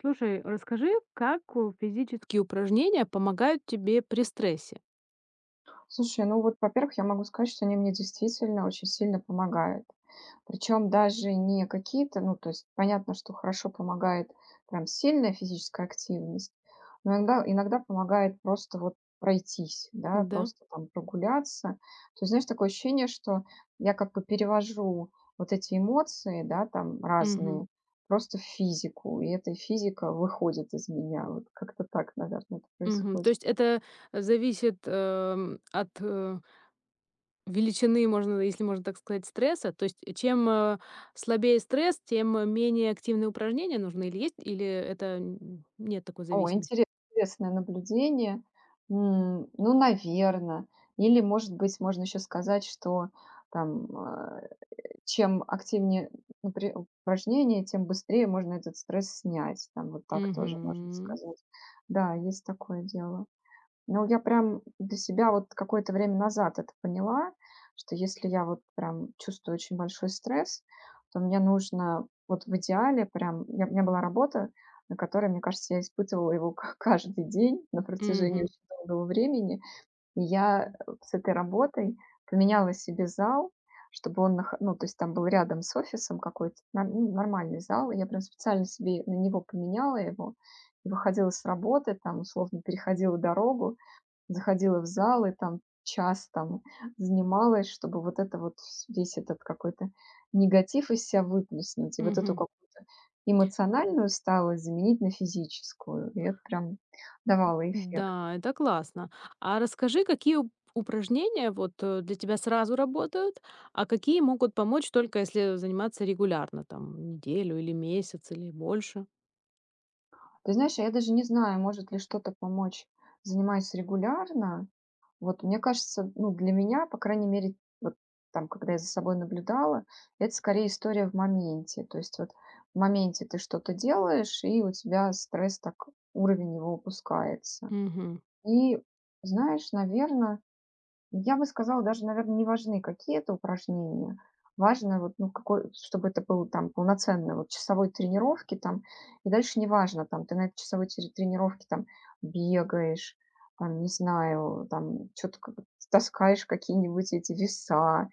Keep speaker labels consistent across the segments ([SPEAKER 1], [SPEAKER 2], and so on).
[SPEAKER 1] Слушай, расскажи, как физические упражнения помогают тебе при стрессе?
[SPEAKER 2] Слушай, ну вот, во-первых, я могу сказать, что они мне действительно очень сильно помогают. Причем даже не какие-то, ну, то есть понятно, что хорошо помогает прям сильная физическая активность, но иногда помогает просто вот пройтись, да,
[SPEAKER 1] Да.
[SPEAKER 2] просто там прогуляться. То есть, знаешь, такое ощущение, что я как бы перевожу вот эти эмоции, да, там
[SPEAKER 1] Мгм.
[SPEAKER 2] разные, просто в физику, и эта физика выходит из меня. Вот как-то так, наверное, это
[SPEAKER 1] Мгм. То
[SPEAKER 2] происходит.
[SPEAKER 1] есть это зависит от величины, можно, если можно так сказать, стресса. То есть чем слабее стресс, тем менее активные упражнения нужны или есть, или это нет такой
[SPEAKER 2] О,
[SPEAKER 1] зависимости.
[SPEAKER 2] интересное наблюдение. Ну, наверно. Или, может быть, можно еще сказать, что там, чем активнее, напри упражнение, тем быстрее можно этот стресс снять. Там вот так тоже можно
[SPEAKER 1] Мгм.
[SPEAKER 2] сказать. Да, есть такое дело. Ну, я прям для себя вот какое-то время назад это поняла, что если я вот прям чувствую очень большой стресс, то мне нужно вот в идеале прям. У меня была работа, на которой, мне кажется, я испытывала его каждый день на протяжении
[SPEAKER 1] Мгм.
[SPEAKER 2] очень долгого времени. И я вот с этой работой поменяла себе зал, чтобы он, ну, то есть там был рядом с офисом какой-то ну, нормальный зал, и я прям специально себе на него поменяла его, и выходила с работы, там, условно, переходила дорогу, заходила в зал и там час там занималась, чтобы вот это вот вс весь этот какой-то негатив из себя выплеснуть и вот эту
[SPEAKER 1] Мгм.
[SPEAKER 2] какую-то эмоциональную стала заменить на физическую. И это прям давало эффект.
[SPEAKER 1] Да, это классно. А расскажи, какие упражнения вот для тебя сразу работают, а какие могут помочь только если заниматься регулярно, там, неделю или месяц или больше?
[SPEAKER 2] Ты знаешь, а я даже не знаю, может ли что-то помочь. Занимаюсь регулярно, вот мне кажется, ну, для меня, по крайней мере, вот там, когда я за собой наблюдала, это скорее история в моменте. То есть вот в моменте ты что-то делаешь, и у тебя стресс так, уровень его опускается.
[SPEAKER 1] Мгм.
[SPEAKER 2] И знаешь, наверное, я бы сказала, даже, наверное, не важны какие-то упражнения. Важно вот, ну, какой чтобы это было там полноценной вот часовой тренировки там. И дальше не важно там ты на этой часовой тире тренировке там бегаешь, там, не знаю, там что то таскаешь какие-нибудь эти веса,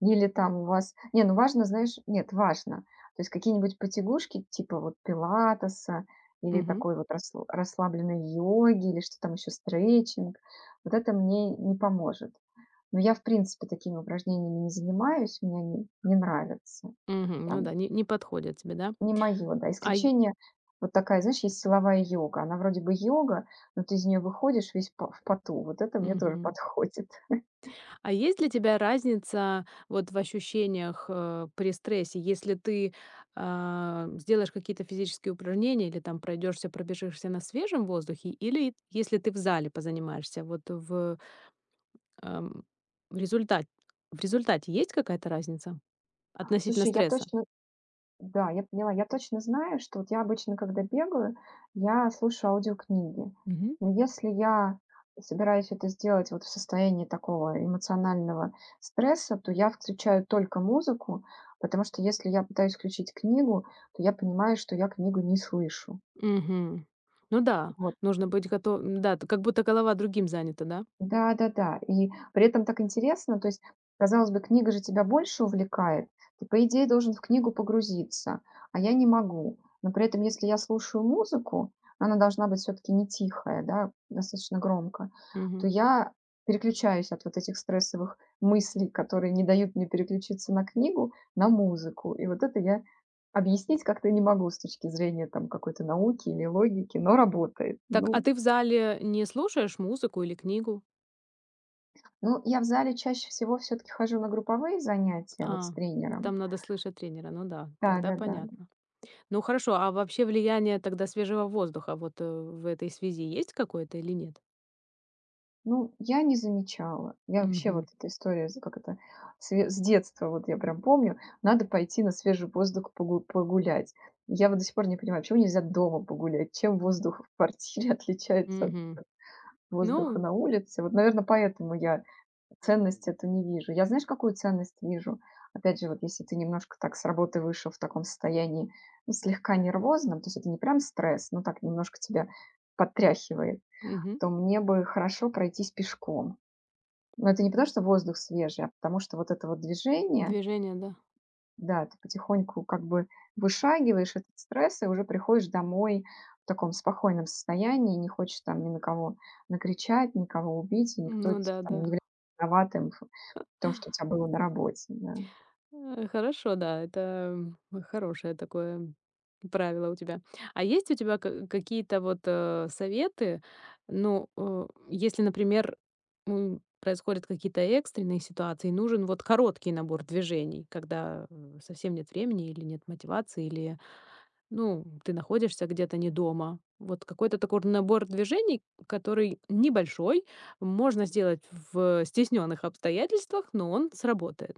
[SPEAKER 2] или там у вас не, ну важно, знаешь нет, важно. То есть какие-нибудь потягушки типа вот пилатеса или
[SPEAKER 1] Мгм.
[SPEAKER 2] такой вот расслабленной йоги, или что там еще, стретчинг. Вот это мне не поможет. Но я, в принципе, такими упражнениями не занимаюсь, мне они не нравятся.
[SPEAKER 1] Мгм. Ну
[SPEAKER 2] Там
[SPEAKER 1] да, не подходят тебе, да?
[SPEAKER 2] не мое, да.
[SPEAKER 1] А,
[SPEAKER 2] Исключение вот такая, знаешь, есть силовая йога. Она вроде бы йога, но ты из нее выходишь весь по в поту. Вот это мне тоже
[SPEAKER 1] мгм.
[SPEAKER 2] подходит.
[SPEAKER 1] А есть для тебя разница вот в ощущениях при стрессе, если ты сделаешь какие-то физические упражнения или там пройдешься, пробежишься на свежем воздухе, или если ты в зале позанимаешься, вот Ам, в результате в результате есть какая-то разница относительно
[SPEAKER 2] Слушай, я
[SPEAKER 1] стресса?
[SPEAKER 2] точно да, я поняла. Я точно знаю, что вот я обычно, когда бегаю, я слушаю аудиокниги.
[SPEAKER 1] Мгм.
[SPEAKER 2] Но если я собираюсь это сделать вот в состоянии такого эмоционального стресса, то я включаю только музыку, потому что если я пытаюсь включить книгу, то я понимаю, что я книгу не слышу.
[SPEAKER 1] Мгм. Ну да,
[SPEAKER 2] Вот.
[SPEAKER 1] нужно быть готов да, т как будто голова другим занята, да?
[SPEAKER 2] Да-да-да. И при этом так интересно, то есть, казалось бы, книга же тебя больше увлекает. Ты, по идее, должен в книгу погрузиться, а я не могу. Но при этом, если я слушаю музыку, она должна быть все-таки не тихая, да, достаточно громко, то
[SPEAKER 1] Мгм.
[SPEAKER 2] я переключаюсь от вот этих стрессовых мыслей, которые не дают мне переключиться на книгу, на музыку. И вот это я объяснить как-то не могу с точки зрения там какой-то науки или логики, но работает.
[SPEAKER 1] Так, а
[SPEAKER 2] Ну,
[SPEAKER 1] ты в зале не слушаешь музыку или книгу?
[SPEAKER 2] ну, я в зале чаще всего все таки хожу на групповые занятия вот с
[SPEAKER 1] А,
[SPEAKER 2] тренером.
[SPEAKER 1] там надо слышать тренера. Ну да, тогда
[SPEAKER 2] Да-да-да.
[SPEAKER 1] понятно. Ну хорошо, а вообще влияние тогда свежего воздуха вот, в этой связи есть какое-то или нет?
[SPEAKER 2] Ну, я не замечала. Я вообще
[SPEAKER 1] Мгм.
[SPEAKER 2] вот эта история, з как это, све с детства, вот я прям помню, надо пойти на свежий воздух погулять. Я вот до сих пор не понимаю, почему нельзя дома погулять? Чем воздух в квартире отличается от
[SPEAKER 1] Мгм.
[SPEAKER 2] от воздуха
[SPEAKER 1] Ну,
[SPEAKER 2] на улице? Вот, наверное, поэтому я ценность эту не вижу. Я знаешь, какую ценность вижу? Опять же, вот если ты немножко так с работы вышел в таком состоянии, ну, слегка нервозном, то есть это не прям стресс, но так немножко тебя подтряхивает,
[SPEAKER 1] мгм.
[SPEAKER 2] то мне бы хорошо пройтись пешком. Но это не потому, что воздух свежий, а потому что вот это вот движение,
[SPEAKER 1] Движение, да.
[SPEAKER 2] да, ты потихоньку как бы вышагиваешь этот стресс и уже приходишь домой в таком спокойном состоянии, не хочешь там ни на кого накричать, никого убить, и никто
[SPEAKER 1] Ну да,
[SPEAKER 2] там
[SPEAKER 1] да.
[SPEAKER 2] не является виноватым в том, что у тебя было на работе. Да.
[SPEAKER 1] Хорошо, да, это, хорошее такое правило у тебя. А есть у тебя ка какие-то вот, советы? Ну, если, например, происходят какие-то экстренные ситуации, нужен вот короткий набор движений, когда, совсем нет времени или нет мотивации, или, ну, ты находишься где-то не дома. Вот какой-то такой набор движений, который небольшой, можно сделать в стесненных обстоятельствах, но он сработает.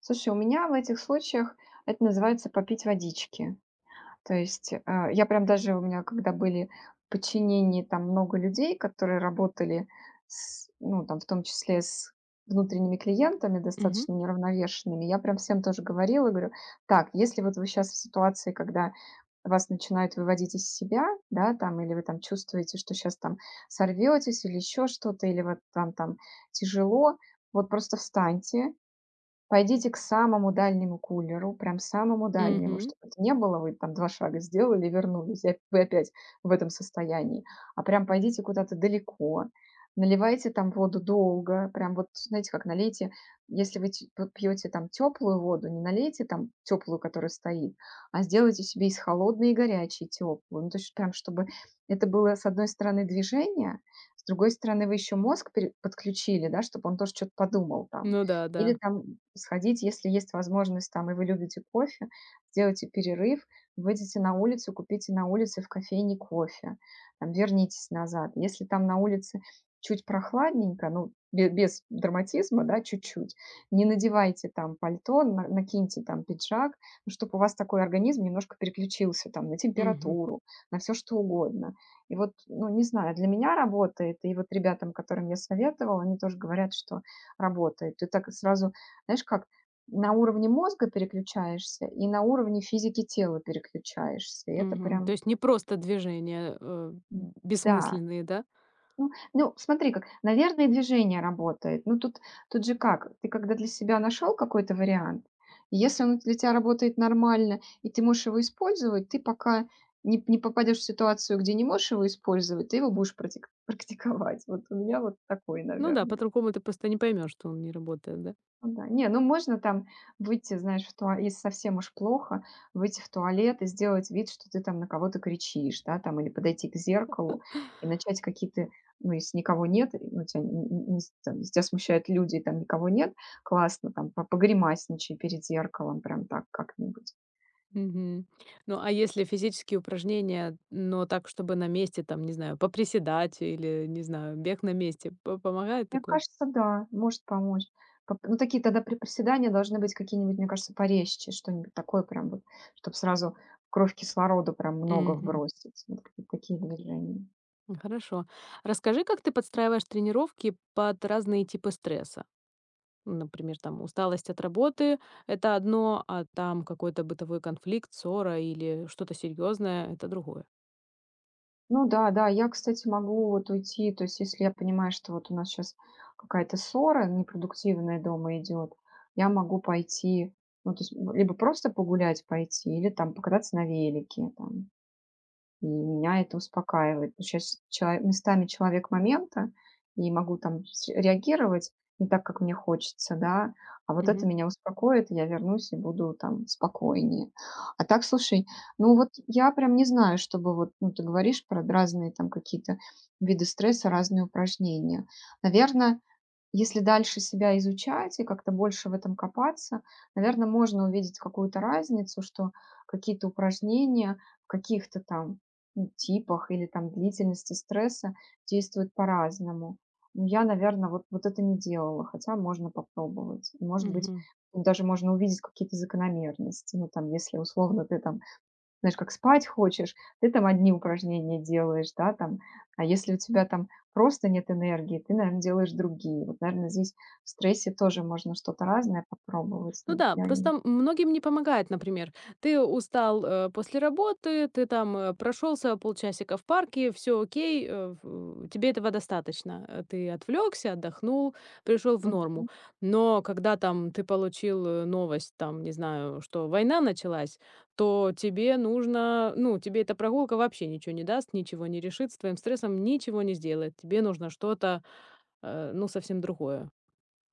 [SPEAKER 2] Слушай, у меня в этих случаях это называется попить водички. То есть, я прям даже у меня, когда были в подчинении там много людей, которые работали с, ну, там, в том числе с внутренними клиентами,
[SPEAKER 1] Угу.
[SPEAKER 2] достаточно неравновешенными, я прям всем тоже говорила, говорю, так, если вот вы сейчас в ситуации, когда вас начинают выводить из себя, да, там, или вы там чувствуете, что сейчас там сорветесь, или еще что-то, или вот там, там тяжело, вот просто встаньте, пойдите к самому дальнему кулеру, прям самому дальнему,
[SPEAKER 1] Мгм.
[SPEAKER 2] чтобы это не было, вы там 2 шага сделали и вернулись, и оп вы опять в этом состоянии, а прям пойдите куда-то далеко, наливайте там воду долго, прям вот, знаете, как налейте, если вы ть вот пьете там теплую воду, не налейте там теплую, которая стоит, а сделайте себе из холодной и горячей теплую. Ну, то есть прям чтобы это было, с одной стороны, движение, с другой стороны, вы еще мозг пере подключили, да, чтобы он тоже что то подумал там.
[SPEAKER 1] Ну да, да.
[SPEAKER 2] Или там сходить, если есть возможность там, и вы любите кофе, сделайте перерыв, выйдите на улицу, купите на улице в кофейне кофе, там, вернитесь назад. Если там на улице чуть прохладненько, ну, без драматизма, да, чуть-чуть, не надевайте там пальто, накиньте там пиджак, ну, чтобы у вас такой организм немножко переключился там на
[SPEAKER 1] Мгм,
[SPEAKER 2] температуру, на все что угодно. И вот, ну, не знаю, для меня работает, и вот ребятам, которым я советовала, они тоже говорят, что работает. Ты так сразу знаешь, как на уровне мозга переключаешься и на уровне физики тела переключаешься. И это
[SPEAKER 1] мгм.
[SPEAKER 2] прям,
[SPEAKER 1] То есть не просто движения,
[SPEAKER 2] м, да.
[SPEAKER 1] бессмысленные, да?
[SPEAKER 2] Ну, смотри как, наверное, движение работает. Ну, тут же как, ты когда для себя нашел какой-то вариант, и если он для тебя работает нормально, и ты можешь его использовать, ты пока не попадешь в ситуацию, где не можешь его использовать, ты его будешь практиковать. Вот у меня вот такой,
[SPEAKER 1] Ну да,
[SPEAKER 2] наверное.
[SPEAKER 1] по-другому ты просто не поймешь, что он не работает, да?
[SPEAKER 2] Ну да. Не, ну можно там выйти, знаешь, в туа если совсем уж плохо, выйти в туалет и сделать вид, что ты там на кого-то кричишь, да, там, или подойти к зеркалу и начать какие-то ну, если никого нет, и, ну, тя н н не с там, если тя смущают люди и там никого нет, классно там по погримасничай перед зеркалом, прям так как-нибудь.
[SPEAKER 1] Мгм. Ну, а если физические упражнения, но так, чтобы на месте, там, не знаю, поприседать или, не знаю, бег на месте, помогает
[SPEAKER 2] Мне
[SPEAKER 1] такое?
[SPEAKER 2] кажется, да, может помочь. Поп Ну, такие тогда приседания должны быть какие-нибудь, мне кажется, порезче, что-нибудь такое прям вот, чтобы сразу кровь кислорода прям много
[SPEAKER 1] Мгм.
[SPEAKER 2] вбросить. Вот какие-то такие движения.
[SPEAKER 1] Хорошо. Расскажи, как ты подстраиваешь тренировки под разные типы стресса? Ну, например, там усталость от работы — это одно, а там какой-то бытовой конфликт, ссора или что-то серьезное — это другое.
[SPEAKER 2] Ну да, да, я, кстати, могу вот уйти, то есть если я понимаю, что вот у нас сейчас какая-то ссора непродуктивная дома идет, я могу пойти, ну, то есть либо просто погулять пойти, или там покататься на велике там. И меня это успокаивает. Сейчас чело местами человек момента, и могу там с реагировать не так, как мне хочется, да. А вот это
[SPEAKER 1] Мгм.
[SPEAKER 2] меня успокоит, и я вернусь и буду там спокойнее. А так, слушай, ну вот я прям не знаю, чтобы вот, ну, ты говоришь про разные там какие-то виды стресса, разные упражнения. Наверное. Если дальше себя изучать и как-то больше в этом копаться, наверное, можно увидеть какую-то разницу, что какие-то упражнения в каких-то там, ну, типах или там длительности стресса действуют по-разному. Но я, наверное, вот это не делала, хотя можно попробовать. И, может быть,
[SPEAKER 1] Мгм.
[SPEAKER 2] даже можно увидеть какие-то закономерности. Ну, там, если условно ты там знаешь, как спать хочешь, ты там одни упражнения делаешь, да, там. А если у тебя там просто нет энергии, ты, наверное, делаешь другие. Вот, наверное, здесь в стрессе тоже можно что-то разное попробовать.
[SPEAKER 1] Ну
[SPEAKER 2] Ну,
[SPEAKER 1] да,
[SPEAKER 2] я
[SPEAKER 1] просто
[SPEAKER 2] не.
[SPEAKER 1] многим не помогает, например. Ты устал, после работы, ты там, прошёлся полчасика в парке, все окей, в тебе этого достаточно. Ты отвлекся, отдохнул, пришел в норму.
[SPEAKER 2] Мгм.
[SPEAKER 1] Но когда там ты получил, новость, там, не знаю, что война началась, то тебе нужно ну, тебе эта прогулка вообще ничего не даст, ничего не решит, с твоим стрессом ничего не сделает. Тебе нужно что-то, ну, совсем другое.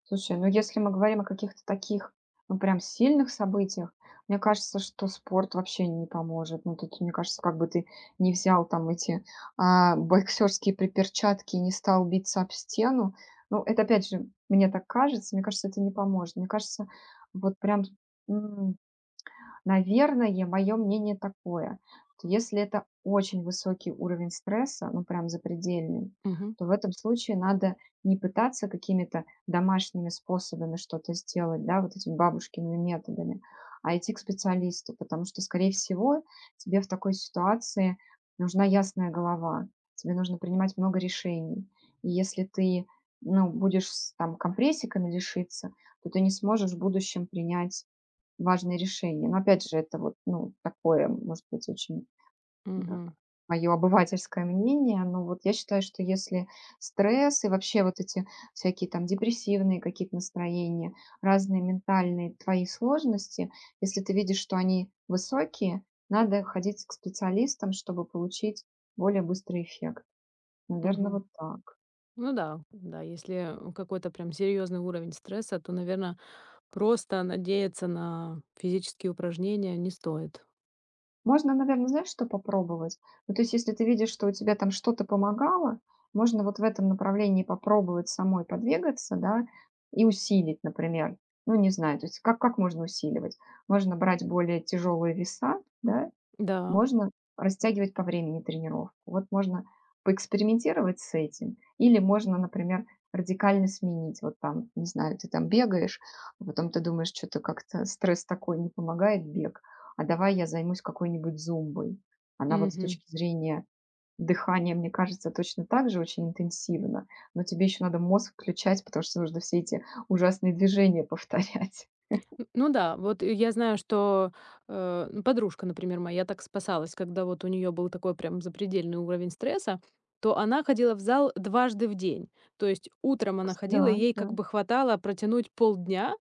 [SPEAKER 2] Слушай, ну если мы говорим о каких-то таких, ну, прям сильных событиях, мне кажется, что спорт вообще не поможет. Ну, тут, мне кажется, как бы ты не взял там эти боксерские приперчатки и не стал биться об стену. Ну, это опять же, мне так кажется, мне кажется, это не поможет. Мне кажется, вот прям, наверное, мое мнение такое, что если это очень высокий уровень стресса, ну прям запредельный,
[SPEAKER 1] Угу,
[SPEAKER 2] то в этом случае надо не пытаться какими-то домашними способами что-то сделать, да, вот этими бабушкиными методами, а идти к специалисту, потому что, скорее всего, тебе в такой ситуации нужна ясная голова, тебе нужно принимать много решений. И если ты ну, будешь там компрессиками лишиться, то ты не сможешь в будущем принять важные решения. Но опять же, это вот, ну, такое, может быть, очень, мое
[SPEAKER 1] угу,
[SPEAKER 2] моё обывательское мнение. Но вот я считаю, что если стресс и вообще вот эти всякие там депрессивные какие-то настроения, разные ментальные твои сложности, если ты видишь, что они высокие, надо ходить к специалистам, чтобы получить более быстрый эффект. Наверное,
[SPEAKER 1] угу.
[SPEAKER 2] вот так.
[SPEAKER 1] Ну да, да, если какой-то прям серьезный уровень стресса, то, наверное, просто надеяться на физические упражнения не стоит.
[SPEAKER 2] Можно, наверное, знаешь, что попробовать? Ну, то есть, если ты видишь, что у тебя там что-то помогало, можно вот в этом направлении попробовать самой подвигаться, да, и усилить, например. Ну, не знаю, то есть как можно усиливать? Можно брать более тяжелые веса, да,
[SPEAKER 1] Да.
[SPEAKER 2] можно растягивать по времени тренировку. Вот можно поэкспериментировать с этим. Или можно, например, радикально сменить. Вот там, не знаю, ты там бегаешь, а потом ты думаешь, что-то как-то стресс такой, не помогает бег, а давай я займусь какой-нибудь зумбой. Она вот с
[SPEAKER 1] Мгм.
[SPEAKER 2] точки зрения дыхания, мне кажется, точно так же очень интенсивно, но тебе еще надо мозг включать, потому что нужно все эти ужасные движения повторять.
[SPEAKER 1] Ну да, вот и я знаю, что ну, подружка, например, моя так спасалась, когда вот у нее был такой прям запредельный уровень стресса, то она ходила в зал дважды в день. То есть утром она ходила,
[SPEAKER 2] Да,
[SPEAKER 1] и ей
[SPEAKER 2] да.
[SPEAKER 1] как бы хватало протянуть полдня,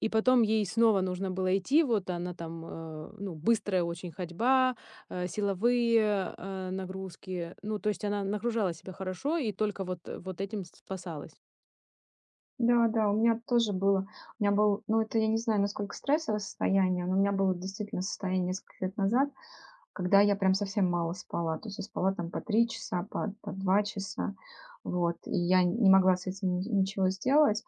[SPEAKER 1] и потом ей снова нужно было идти. Вот она там, ну, быстрая очень ходьба, силовые, нагрузки. Ну, то есть она нагружала себя хорошо и только вот вот этим спасалась.
[SPEAKER 2] Да, да, у меня тоже было. У меня был, ну, это я не знаю, насколько стрессовое состояние, но у меня было действительно состояние несколько лет назад, когда я прям совсем мало спала. То есть я спала там по 3 часа, по 2 часа. Вот. И я не могла с этим ничего сделать.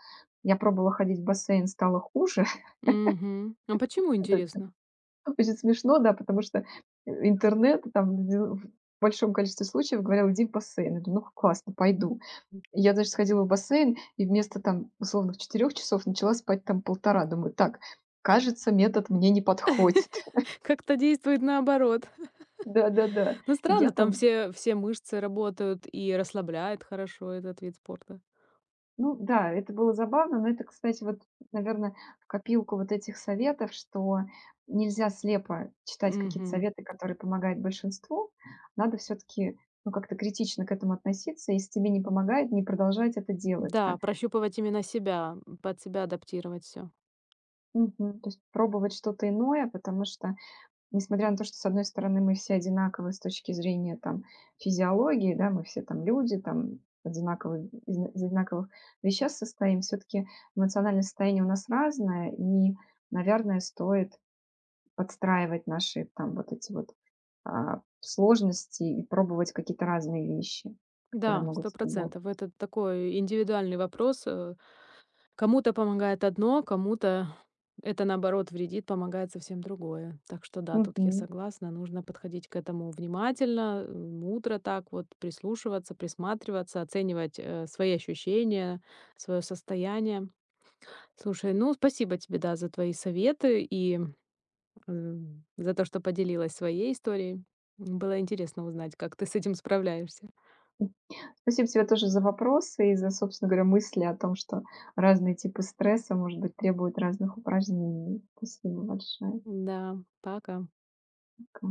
[SPEAKER 2] Я пробовала ходить в бассейн, стало хуже.
[SPEAKER 1] Мгм. А почему,
[SPEAKER 2] Это очень,
[SPEAKER 1] интересно?
[SPEAKER 2] очень смешно, да, потому что интернет там в большом количестве случаев говорил, иди в бассейн. Я думаю, ну, классно, пойду. Я даже сходила в бассейн и вместо там условных 4 часов начала спать там полтора. Думаю: "Так, кажется, метод мне не подходит".
[SPEAKER 1] Как-то действует наоборот.
[SPEAKER 2] Да-да-да.
[SPEAKER 1] Ну,
[SPEAKER 2] Я
[SPEAKER 1] странно, там
[SPEAKER 2] там
[SPEAKER 1] все мышцы работают и расслабляет хорошо этот вид спорта.
[SPEAKER 2] ну да, это было забавно, но это, кстати, вот, наверное в копилку вот этих советов, что нельзя слепо читать какие-то
[SPEAKER 1] Мгм.
[SPEAKER 2] советы, которые помогают большинству. Надо все таки ну, как-то критично к этому относиться. Если тебе не помогает, не продолжать это делать, а.
[SPEAKER 1] Да, прощупывать именно себя, под себя адаптировать все.
[SPEAKER 2] Мгм. То есть пробовать что-то иное, потому что несмотря на то, что, с одной стороны, мы все одинаковы с точки зрения там физиологии, да, мы все там люди, там одинаковые, из одинаковых веществ состоим, все-таки эмоциональное состояние у нас разное, и, наверное, стоит подстраивать наши там вот эти вот сложности и пробовать какие-то разные вещи, которые
[SPEAKER 1] Да,
[SPEAKER 2] могут
[SPEAKER 1] 100%.
[SPEAKER 2] сработать.
[SPEAKER 1] Это такой индивидуальный вопрос. Кому-то помогает одно, кому-то это, наоборот, вредит, помогает совсем другое. Так что да, тут я
[SPEAKER 2] Мгм.
[SPEAKER 1] согласна, нужно подходить к этому внимательно, мудро так вот прислушиваться, присматриваться, оценивать свои ощущения, свое состояние. Слушай, ну спасибо тебе, да, за твои советы и за то, что поделилась своей историей. Было интересно узнать, как ты с этим справляешься.
[SPEAKER 2] Спасибо тебе тоже за вопросы и за, собственно говоря, мысли о том, что разные типы стресса, может быть, требуют разных упражнений. Спасибо большое.
[SPEAKER 1] Да, пока.
[SPEAKER 2] К